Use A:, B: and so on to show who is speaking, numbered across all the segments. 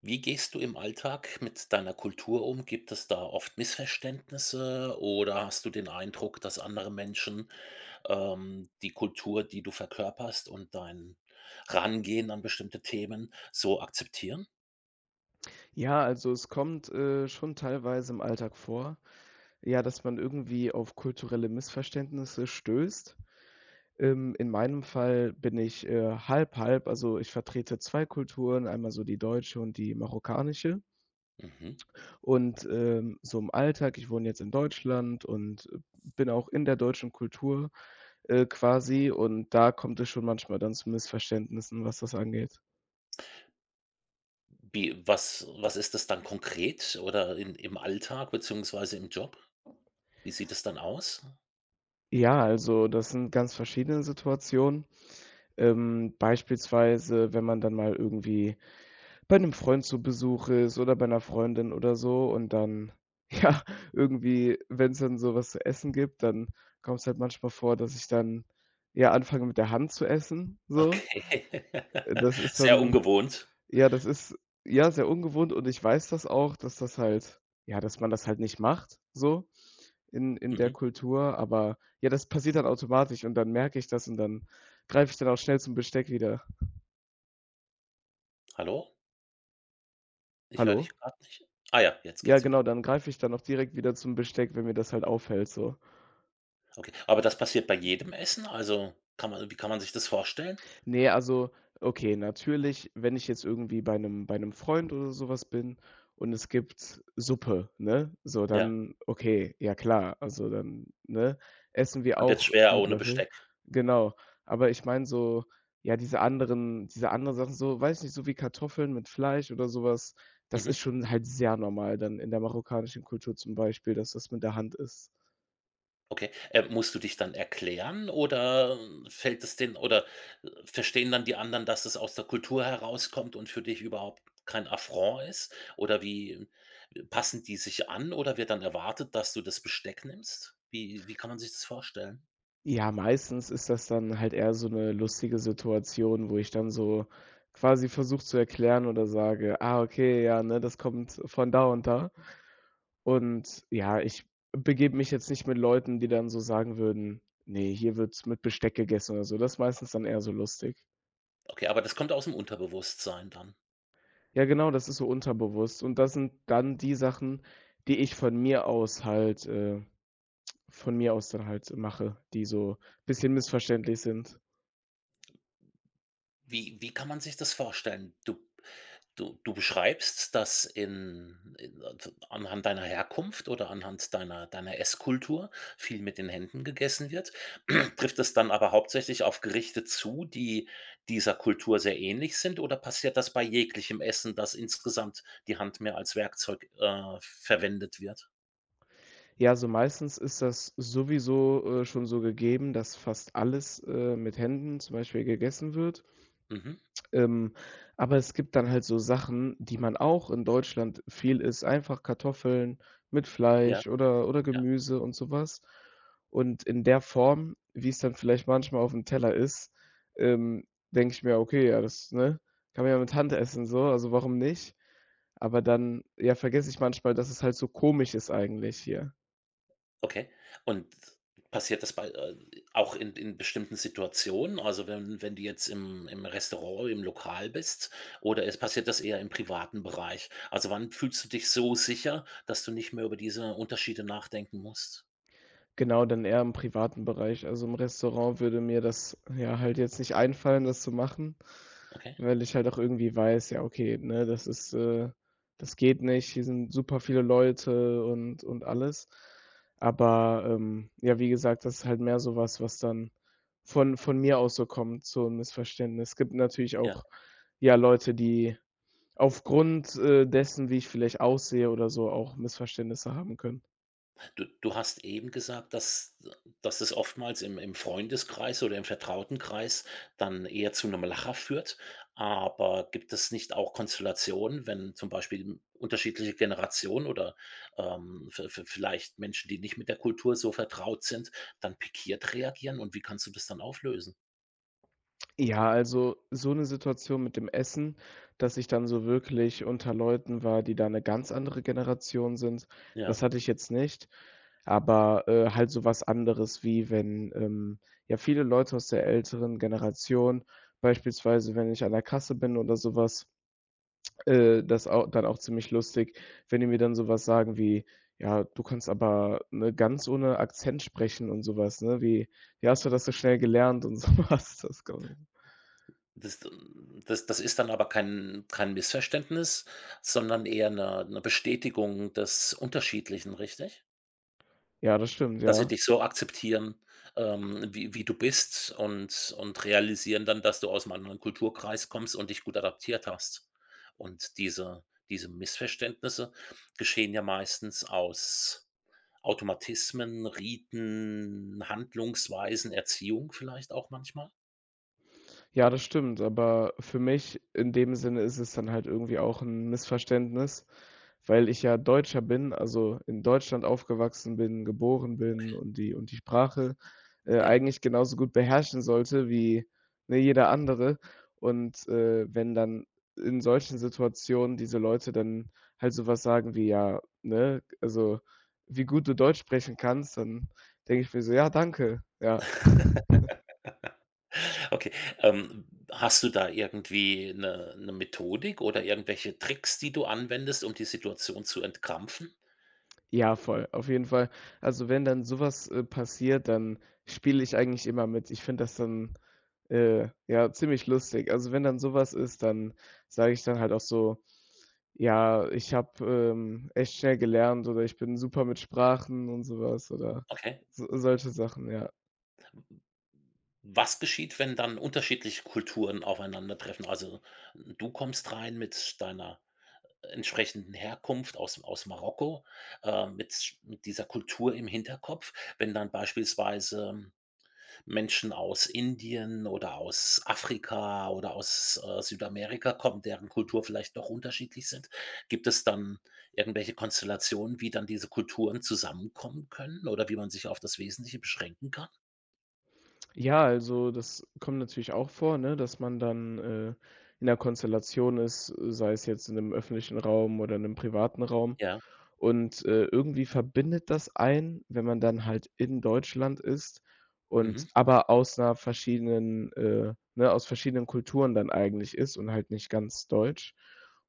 A: Wie gehst du im Alltag mit deiner Kultur um? Gibt es da oft Missverständnisse oder hast du den Eindruck, dass andere Menschen, die Kultur, die du verkörperst und dein Rangehen an bestimmte Themen so akzeptieren?
B: Ja, also es kommt, schon teilweise im Alltag vor, ja, dass man irgendwie auf kulturelle Missverständnisse stößt. In meinem Fall bin ich, halb halb, also ich vertrete 2 Kulturen, einmal so die deutsche und die marokkanische.
A: Mhm.
B: Und, so im Alltag ich wohne jetzt in Deutschland und bin auch in der deutschen Kultur, quasi, und da kommt es schon manchmal dann zu Missverständnissen, was das angeht.
A: Wie was was ist das dann konkret oder in im Alltag beziehungsweise im Job? Wie sieht es dann aus?
B: Ja, also das sind ganz verschiedene Situationen. Beispielsweise, wenn man dann mal irgendwie bei 'nem Freund zu Besuch ist oder bei 'ner Freundin oder so und dann, ja, irgendwie, wenn's dann so was zu essen gibt, dann kommt's halt manchmal vor, dass ich dann, ja, anfange, mit der Hand zu essen, so.
A: Okay.
B: Das ist
A: Sehr
B: dann
A: ungewohnt.
B: ja, das ist, ja, sehr ungewohnt, und ich weiß das auch, dass das halt ja, dass man das halt nicht macht, so in der
A: Mhm.
B: Kultur, aber ja, das passiert dann automatisch und dann merke ich das und dann greife ich dann auch schnell zum Besteck wieder.
A: Hallo? Ich höre dich
B: Hallo?
A: gerade nicht. Ah ja, jetzt
B: Ja,
A: geht's wieder.
B: genau, dann greife ich dann auch direkt wieder zum Besteck, wenn mir das halt auffällt so.
A: Okay. Aber das passiert bei jedem Essen? Also, kann man sich das vorstellen?
B: Ne, also, okay, natürlich, wenn ich jetzt irgendwie bei 'nem Freund oder so was bin und es gibt Suppe, ne? So,
A: Ja,
B: dann okay, ja klar, also dann, ne, essen wir
A: und jetzt
B: auch
A: schwer
B: mit
A: ohne
B: Löffel.
A: Besteck.
B: Genau. Aber ich meine so, ja, diese anderen Sachen so, weiß nicht, so wie Kartoffeln mit Fleisch oder so was, das
A: Mhm,
B: ist schon halt sehr normal dann in der marokkanischen Kultur zum Beispiel, dass das mit der Hand ist.
A: okay. Musst du dich dann erklären oder fällt es den oder, verstehen dann die anderen, dass es aus der Kultur herauskommt und für dich überhaupt kein Affront ist? Oder wie passen die sich an oder wird dann erwartet, dass du das Besteck nimmst? Wie kann man sich das vorstellen?
B: Ja, meistens ist das dann halt eher so 'ne lustige Situation, wo ich dann so quasi versuche zu erklären oder sage: „Ah, okay, ja, ne, das kommt von da und da.“ Und ja, ich begebe mich jetzt nicht mit Leuten, die dann so sagen würden: „Ne, hier wird mit Besteck gegessen“ oder so. Das ist meistens dann eher so lustig.
A: Okay, aber das kommt aus dem Unterbewusstsein dann.
B: Ja, genau, das ist so unterbewusst und das sind dann die Sachen, die ich von mir aus halt von mir aus dann halt mache, die so bisschen missverständlich sind.
A: Wie kann man sich das vorstellen? Du beschreibst das in also, anhand deiner Herkunft oder anhand deiner Esskultur viel mit den Händen gegessen wird. Trifft es dann aber hauptsächlich auf Gerichte zu, die dieser Kultur sehr ähnlich sind, oder passiert das bei jeglichem Essen, dass insgesamt die Hand mehr als Werkzeug verwendet wird?
B: Ja, so meistens ist das sowieso, schon so gegeben, dass fast alles, mit Händen zum Beispiel gegessen wird.
A: Mhm.
B: Ähm, aber es gibt dann halt so Sachen, die man auch in Deutschland viel isst, einfach Kartoffeln mit
A: Ja, ja.
B: Fleisch oder Gemüse und sowas. Und in der Form, wie es dann vielleicht manchmal auf dem Teller ist, ähm, denke ich mir: „Okay, ja, das, ne, kann man ja mit Hand essen so, also warum nicht?“ Aber dann, ja, vergesse ich manchmal, dass es halt so komisch ist eigentlich hier.
A: Okay. Und passiert das bei auch in bestimmten Situationen? Also, wenn du jetzt im Restaurant, im Lokal bist oder es passiert das eher im privaten Bereich? Also, wann fühlst du dich so sicher, dass du nicht mehr über diese Unterschiede nachdenken musst?
B: Genau, dann eher im privaten Bereich. Also, im Restaurant würde mir das, ja, halt jetzt nicht einfallen, das zu machen,
A: Okay,
B: weil ich halt auch irgendwie weiß, ja, okay, ne, das ist, das geht nicht, hier sind super viele Leute und alles. Aber, ja, wie gesagt, das ist halt mehr so was, was dann von mir aus so kommt, so 'n Missverständnis. Es gibt natürlich
A: ja.
B: auch, ja, Leute, die aufgrund, dessen, wie ich vielleicht aussehe oder so, auch Missverständnisse haben können.
A: Du hast eben gesagt, dass das oftmals im Freundeskreis oder im Vertrautenkreis dann eher zu einem Lacher führt. Aber gibt es nicht auch Konstellationen, wenn zum Beispiel unterschiedliche Generationen oder, v v vielleicht Menschen, die nicht mit der Kultur so vertraut sind, dann pikiert reagieren, und wie kannst du das dann auflösen?
B: Ja, also so eine Situation mit dem Essen, dass ich dann so wirklich unter Leuten war, die da eine ganz andere Generation sind, das
A: Ja,
B: hatte ich jetzt nicht. Aber, halt so was anderes, wie wenn, ja, viele Leute aus der älteren Generation beispielsweise, wenn ich an der Kasse bin oder sowas, das auch dann auch ziemlich lustig, wenn die mir dann so was sagen wie: „Ja, du kannst aber, ne, ganz ohne Akzent sprechen“ und sowas ne, wie: „Wie hast du das so schnell gelernt“ und so was. Das kommt.
A: das das ist dann aber kein Missverständnis, sondern eher eine 'ne Bestätigung des Unterschiedlichen, richtig?
B: Ja, das stimmt,
A: Dass sie
B: ja.
A: dich so akzeptieren, wie du bist und realisieren dann, dass du aus einem anderen Kulturkreis kommst und dich gut adaptiert hast. Und diese Missverständnisse geschehen ja meistens aus Automatismen, Riten, Handlungsweisen, Erziehung vielleicht auch manchmal?
B: Ja, das stimmt, aber für mich in dem Sinne ist es dann halt irgendwie auch 'n Missverständnis, weil ich ja Deutscher bin, also in Deutschland aufgewachsen bin, geboren bin und die Sprache,
A: Ja,
B: eigentlich genauso gut beherrschen sollte wie, ne, jeder andere. Und, wenn dann in solchen Situationen diese Leute dann halt so was sagen wie, ja, ne, also: „Wie gut du Deutsch sprechen kannst“, dann denke ich mir so: „Ja, danke.“ Ja.
A: okay. Hast du da irgendwie eine 'ne Methodik oder irgendwelche Tricks, die du anwendest, um die Situation zu entkrampfen?
B: Ja, voll, auf jeden Fall. Also, wenn dann sowas passiert, dann spiele ich eigentlich immer mit. Ich finde das dann, ja, ziemlich lustig. Also, wenn dann sowas ist, dann sage ich dann halt auch so: „Ja, ich habe, echt schnell gelernt“ oder „Ich bin super mit Sprachen“ und sowas oder
A: Okay.
B: so solche Sachen, ja.
A: Was geschieht, wenn dann unterschiedliche Kulturen aufeinandertreffen? Also, du kommst rein mit deiner entsprechenden Herkunft aus Marokko, mit dieser Kultur im Hinterkopf. Wenn dann beispielsweise Menschen aus Indien oder aus Afrika oder aus, Südamerika kommen, deren Kultur vielleicht doch unterschiedlich sind, gibt es dann irgendwelche Konstellationen, wie dann diese Kulturen zusammenkommen können oder wie man sich auf das Wesentliche beschränken kann?
B: Ja, also, das kommt natürlich auch vor, ne, dass man dann, in 'ner Konstellation ist, sei es jetzt in einem öffentlichen Raum oder in einem privaten Raum.
A: Ja,
B: Und, irgendwie verbindet das einen, wenn man dann halt in Deutschland ist und
A: mhm.
B: aber aus 'ner verschiedenen ne, aus verschiedenen Kulturen dann eigentlich ist und halt nicht ganz deutsch.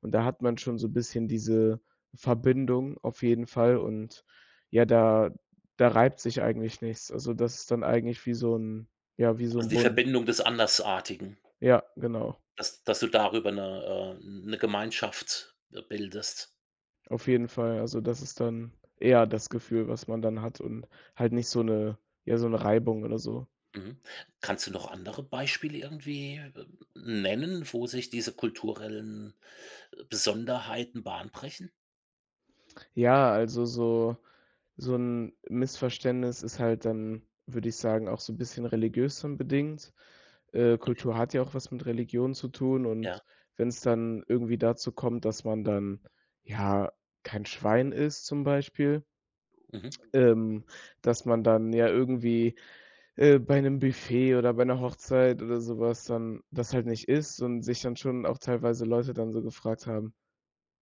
B: Und da hat man schon so ein bisschen diese Verbindung auf jeden Fall und ja, da reibt sich eigentlich nichts. Also, das ist dann eigentlich wie so ein ja, wie so
A: Also,
B: ein
A: die
B: Bund.
A: Verbindung des Andersartigen,
B: Ja, genau,
A: dass du darüber eine 'ne Gemeinschaft bildest.
B: auf jeden Fall. Also, das ist dann eher das Gefühl, was man dann hat und halt nicht so eine ja, so eine Reibung oder so.
A: Mhm. Kannst du noch andere Beispiele irgendwie nennen, wo sich diese kulturellen Besonderheiten Bahn brechen?
B: Ja, also so ein Missverständnis ist halt dann, würde ich sagen, auch so ein bisschen religiös dann bedingt.
A: Okay,
B: Kultur hat ja auch was mit Religion zu tun und
A: ja.
B: wenn es dann irgendwie dazu kommt, dass man dann, ja, kein Schwein ist zum Beispiel,
A: Mhm.
B: ähm, dass man dann ja irgendwie, bei einem Buffet oder bei einer Hochzeit oder sowas dann das halt nicht isst und sich dann schon auch teilweise Leute dann so gefragt haben: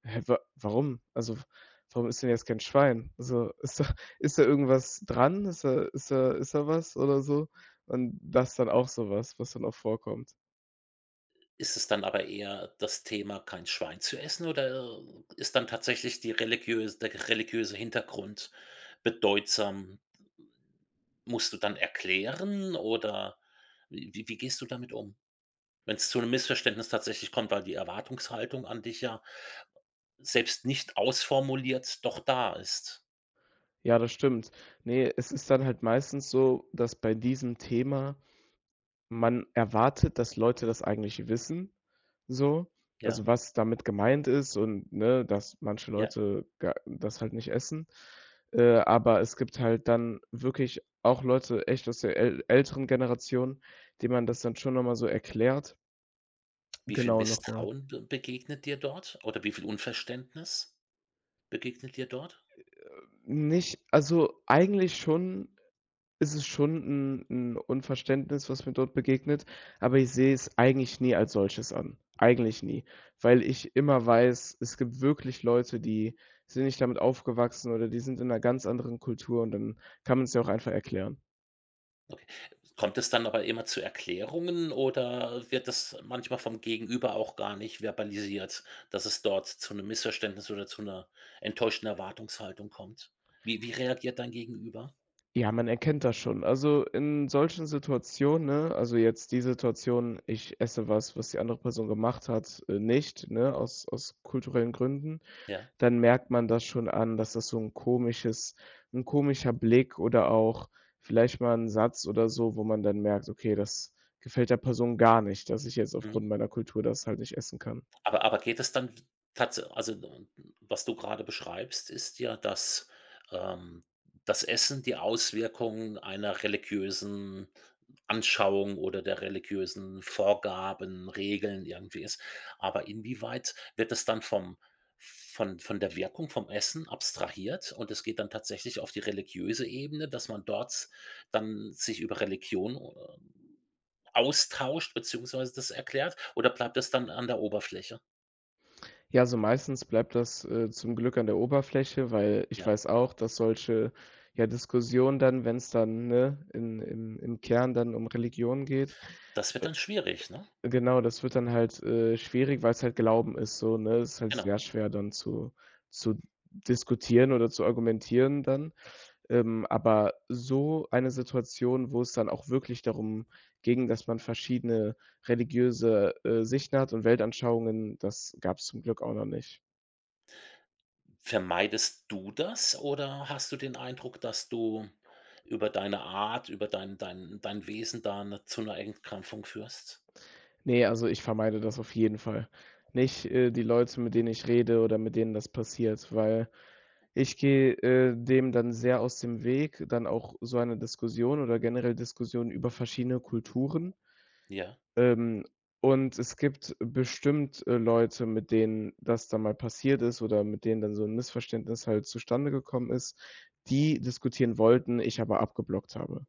B: Hä, wa warum? Also, warum isst du denn jetzt kein Schwein? Also, ist da irgendwas dran? Ist da ist da was oder so? Und das ist dann auch so was, was dann auch vorkommt.
A: Ist es dann aber eher das Thema, kein Schwein zu essen, oder ist dann tatsächlich die religiös der religiöse Hintergrund bedeutsam? Musst du dann erklären oder wie gehst du damit um? Wenn es zu einem Missverständnis tatsächlich kommt, weil die Erwartungshaltung an dich, ja, selbst nicht ausformuliert, doch da ist.
B: Ja, das stimmt. Ne, es ist dann halt meistens so, dass bei diesem Thema man erwartet, dass Leute das eigentlich wissen, so, also
A: Ja,
B: was damit gemeint ist und, ne, dass manche
A: ja.
B: Leute ga das halt nicht essen. Aber es gibt halt dann wirklich auch Leute echt aus der äl älteren Generation, denen man das dann schon noch mal so erklärt.
A: Wie viel
B: Genau, noch mal.
A: Misstrauen be begegnet dir dort oder wie viel Unverständnis begegnet dir dort?
B: Nicht also, eigentlich schon ist es schon 'n Unverständnis, was mir dort begegnet, aber ich sehe es eigentlich nie als solches an. Eigentlich nie, weil ich immer weiß, es gibt wirklich Leute, die sind nicht damit aufgewachsen oder die sind in 'ner ganz anderen Kultur und dann kann man's ja auch einfach erklären.
A: Okay. Kommt es dann aber immer zu Erklärungen oder wird das manchmal vom Gegenüber auch gar nicht verbalisiert, dass es dort zu einem Missverständnis oder zu einer enttäuschten Erwartungshaltung kommt? Wie reagiert dein Gegenüber?
B: Ja, man erkennt das schon. Also, in solchen Situationen, ne also jetzt die Situation, ich esse was, was die andere Person gemacht hat, nicht, ne, aus kulturellen Gründen.
A: Ja,
B: Dann merkt man das schon an, dass das so ein komisches ein komischer Blick oder auch vielleicht mal ein Satz oder so, wo man dann merkt: „Okay, das gefällt der Person gar nicht, dass ich jetzt aufgrund
A: mhm.
B: meiner Kultur das halt nicht essen kann.“
A: Aber geht es dann tatsächlich? Also, n was du gerade beschreibst, ist ja, dass, ähm, das Essen die Auswirkungen einer religiösen Anschauung oder der religiösen Vorgaben, Regeln irgendwie ist. Aber inwieweit wird das dann vom von der Wirkung vom Essen abstrahiert, und es geht dann tatsächlich auf die religiöse Ebene, dass man dort dann sich über Religion austauscht, beziehungsweise das erklärt, oder bleibt das dann an der Oberfläche?
B: Ja, so meistens bleibt das, zum Glück an der Oberfläche, weil ich
A: Ja,
B: weiß auch, dass solche, ja, Diskussionen dann, wenn es dann, ne, in im Kern dann um Religion geht,
A: das wird dann schwierig, ne?
B: genau, das wird dann halt, schwierig, weil's halt Glauben ist so, ne? Es ist halt
A: Genau.
B: sehr schwer dann zu diskutieren oder zu argumentieren dann. Aber so eine Situation, wo es dann auch wirklich darum ging, dass man verschiedene religiöse, Sichten hat und Weltanschauungen, das gab's zum Glück auch noch nicht.
A: Vermeidest du das oder hast du den Eindruck, dass du über deine Art, über dein Wesen da zu einer Entkrampfung führst?
B: Ne, also ich vermeide das auf jeden Fall. Nicht, die Leute, mit denen ich rede oder mit denen das passiert, weil ich gehe, dem dann sehr aus dem Weg, dann auch so eine Diskussion oder generell Diskussionen über verschiedene Kulturen.
A: Ja.
B: Ähm, und es gibt bestimmt, Leute, mit denen das dann mal passiert ist oder mit denen dann so 'n Missverständnis halt zustande gekommen ist, die diskutieren wollten, ich aber abgeblockt habe.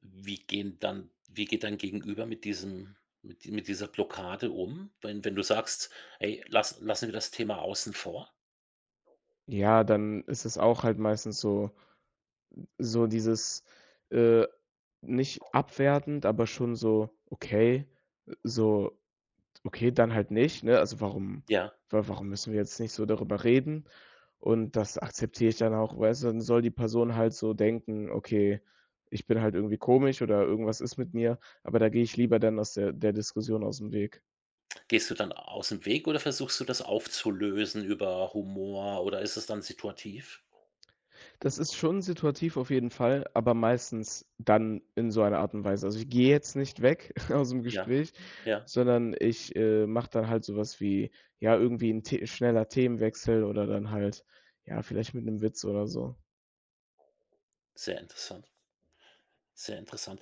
A: Wie gehen dann wie geht dein Gegenüber mit diesem mit die mit dieser Blockade um, wenn du sagst: „Ey, lassen wir das Thema außen vor?"
B: Ja, dann ist es auch halt meistens so so dieses, äh, nicht abwertend, aber schon so: „Okay, so okay, dann halt nicht, ne? Also, warum
A: Ja.
B: wa warum müssen wir jetzt nicht so darüber reden?“ Und das akzeptiere ich dann auch, weißt du? Dann soll die Person halt so denken: „Okay, ich bin halt irgendwie komisch oder irgendwas ist mit mir“, aber da gehe ich lieber dann aus der Diskussion aus dem Weg.
A: Gehst du dann aus dem Weg oder versuchst du das aufzulösen über Humor oder ist es dann situativ?
B: Das ist schon situativ auf jeden Fall, aber meistens dann in so einer Art und Weise. Also, ich gehe jetzt nicht weg aus dem
A: Ja,
B: Gespräch,
A: ja,
B: sondern ich, mache dann halt sowas wie, ja, irgendwie ein The schneller Themenwechsel oder dann halt, ja, vielleicht mit einem Witz oder so.
A: sehr interessant, sehr interessant.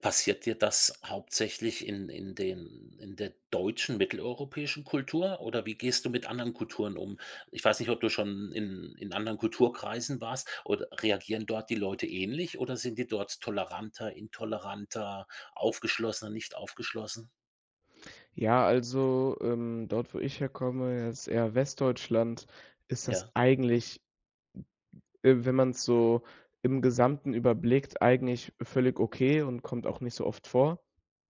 A: Passiert dir das hauptsächlich in der deutschen, mitteleuropäischen Kultur oder wie gehst du mit anderen Kulturen um? Ich weiß nicht, ob du schon in anderen Kulturkreisen warst, oder reagieren dort die Leute ähnlich, oder sind die dort toleranter, intoleranter, aufgeschlossener, nicht aufgeschlossen?
B: Ja, also, dort, wo ich herkomme, das ist eher Westdeutschland, ist das
A: Ja,
B: eigentlich, wenn man es so im Gesamten überblickt, eigentlich völlig okay und kommt auch nicht so oft vor.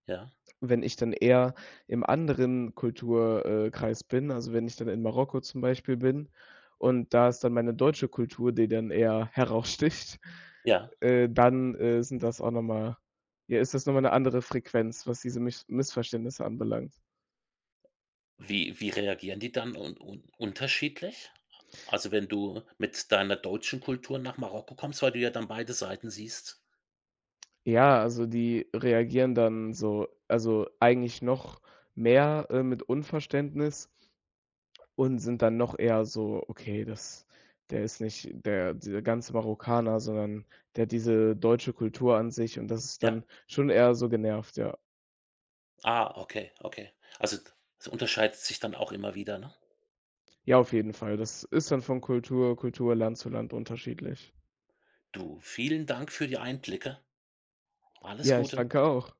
A: ja,
B: Wenn ich dann eher im anderen Kulturkreis bin, also wenn ich dann in Marokko zum Beispiel bin und da ist dann meine deutsche Kultur, die dann eher heraussticht,
A: ja.
B: dann, sind das auch noch mal ja, ist das noch mal 'ne andere Frequenz, was diese Misch Missverständnisse anbelangt.
A: Wie reagieren die dann un un unterschiedlich? Also, wenn du mit deiner deutschen Kultur nach Marokko kommst, weil du ja dann beide Seiten siehst?
B: Ja, also die reagieren dann so also eigentlich noch mehr, mit Unverständnis und sind dann noch eher so: „Okay, das der ist nicht der dieser ganze Marokkaner, sondern der hat diese deutsche Kultur an sich“ und das ist
A: Ja.
B: dann schon eher so genervt, ja.
A: Ah, okay, okay. Also, es unterscheidet sich dann auch immer wieder, ne?
B: Ja, auf jeden Fall. Das ist dann von Kultur, Land zu Land unterschiedlich.
A: Du, vielen Dank für die Einblicke. Alles
B: Ja, ich
A: Gute.
B: danke auch.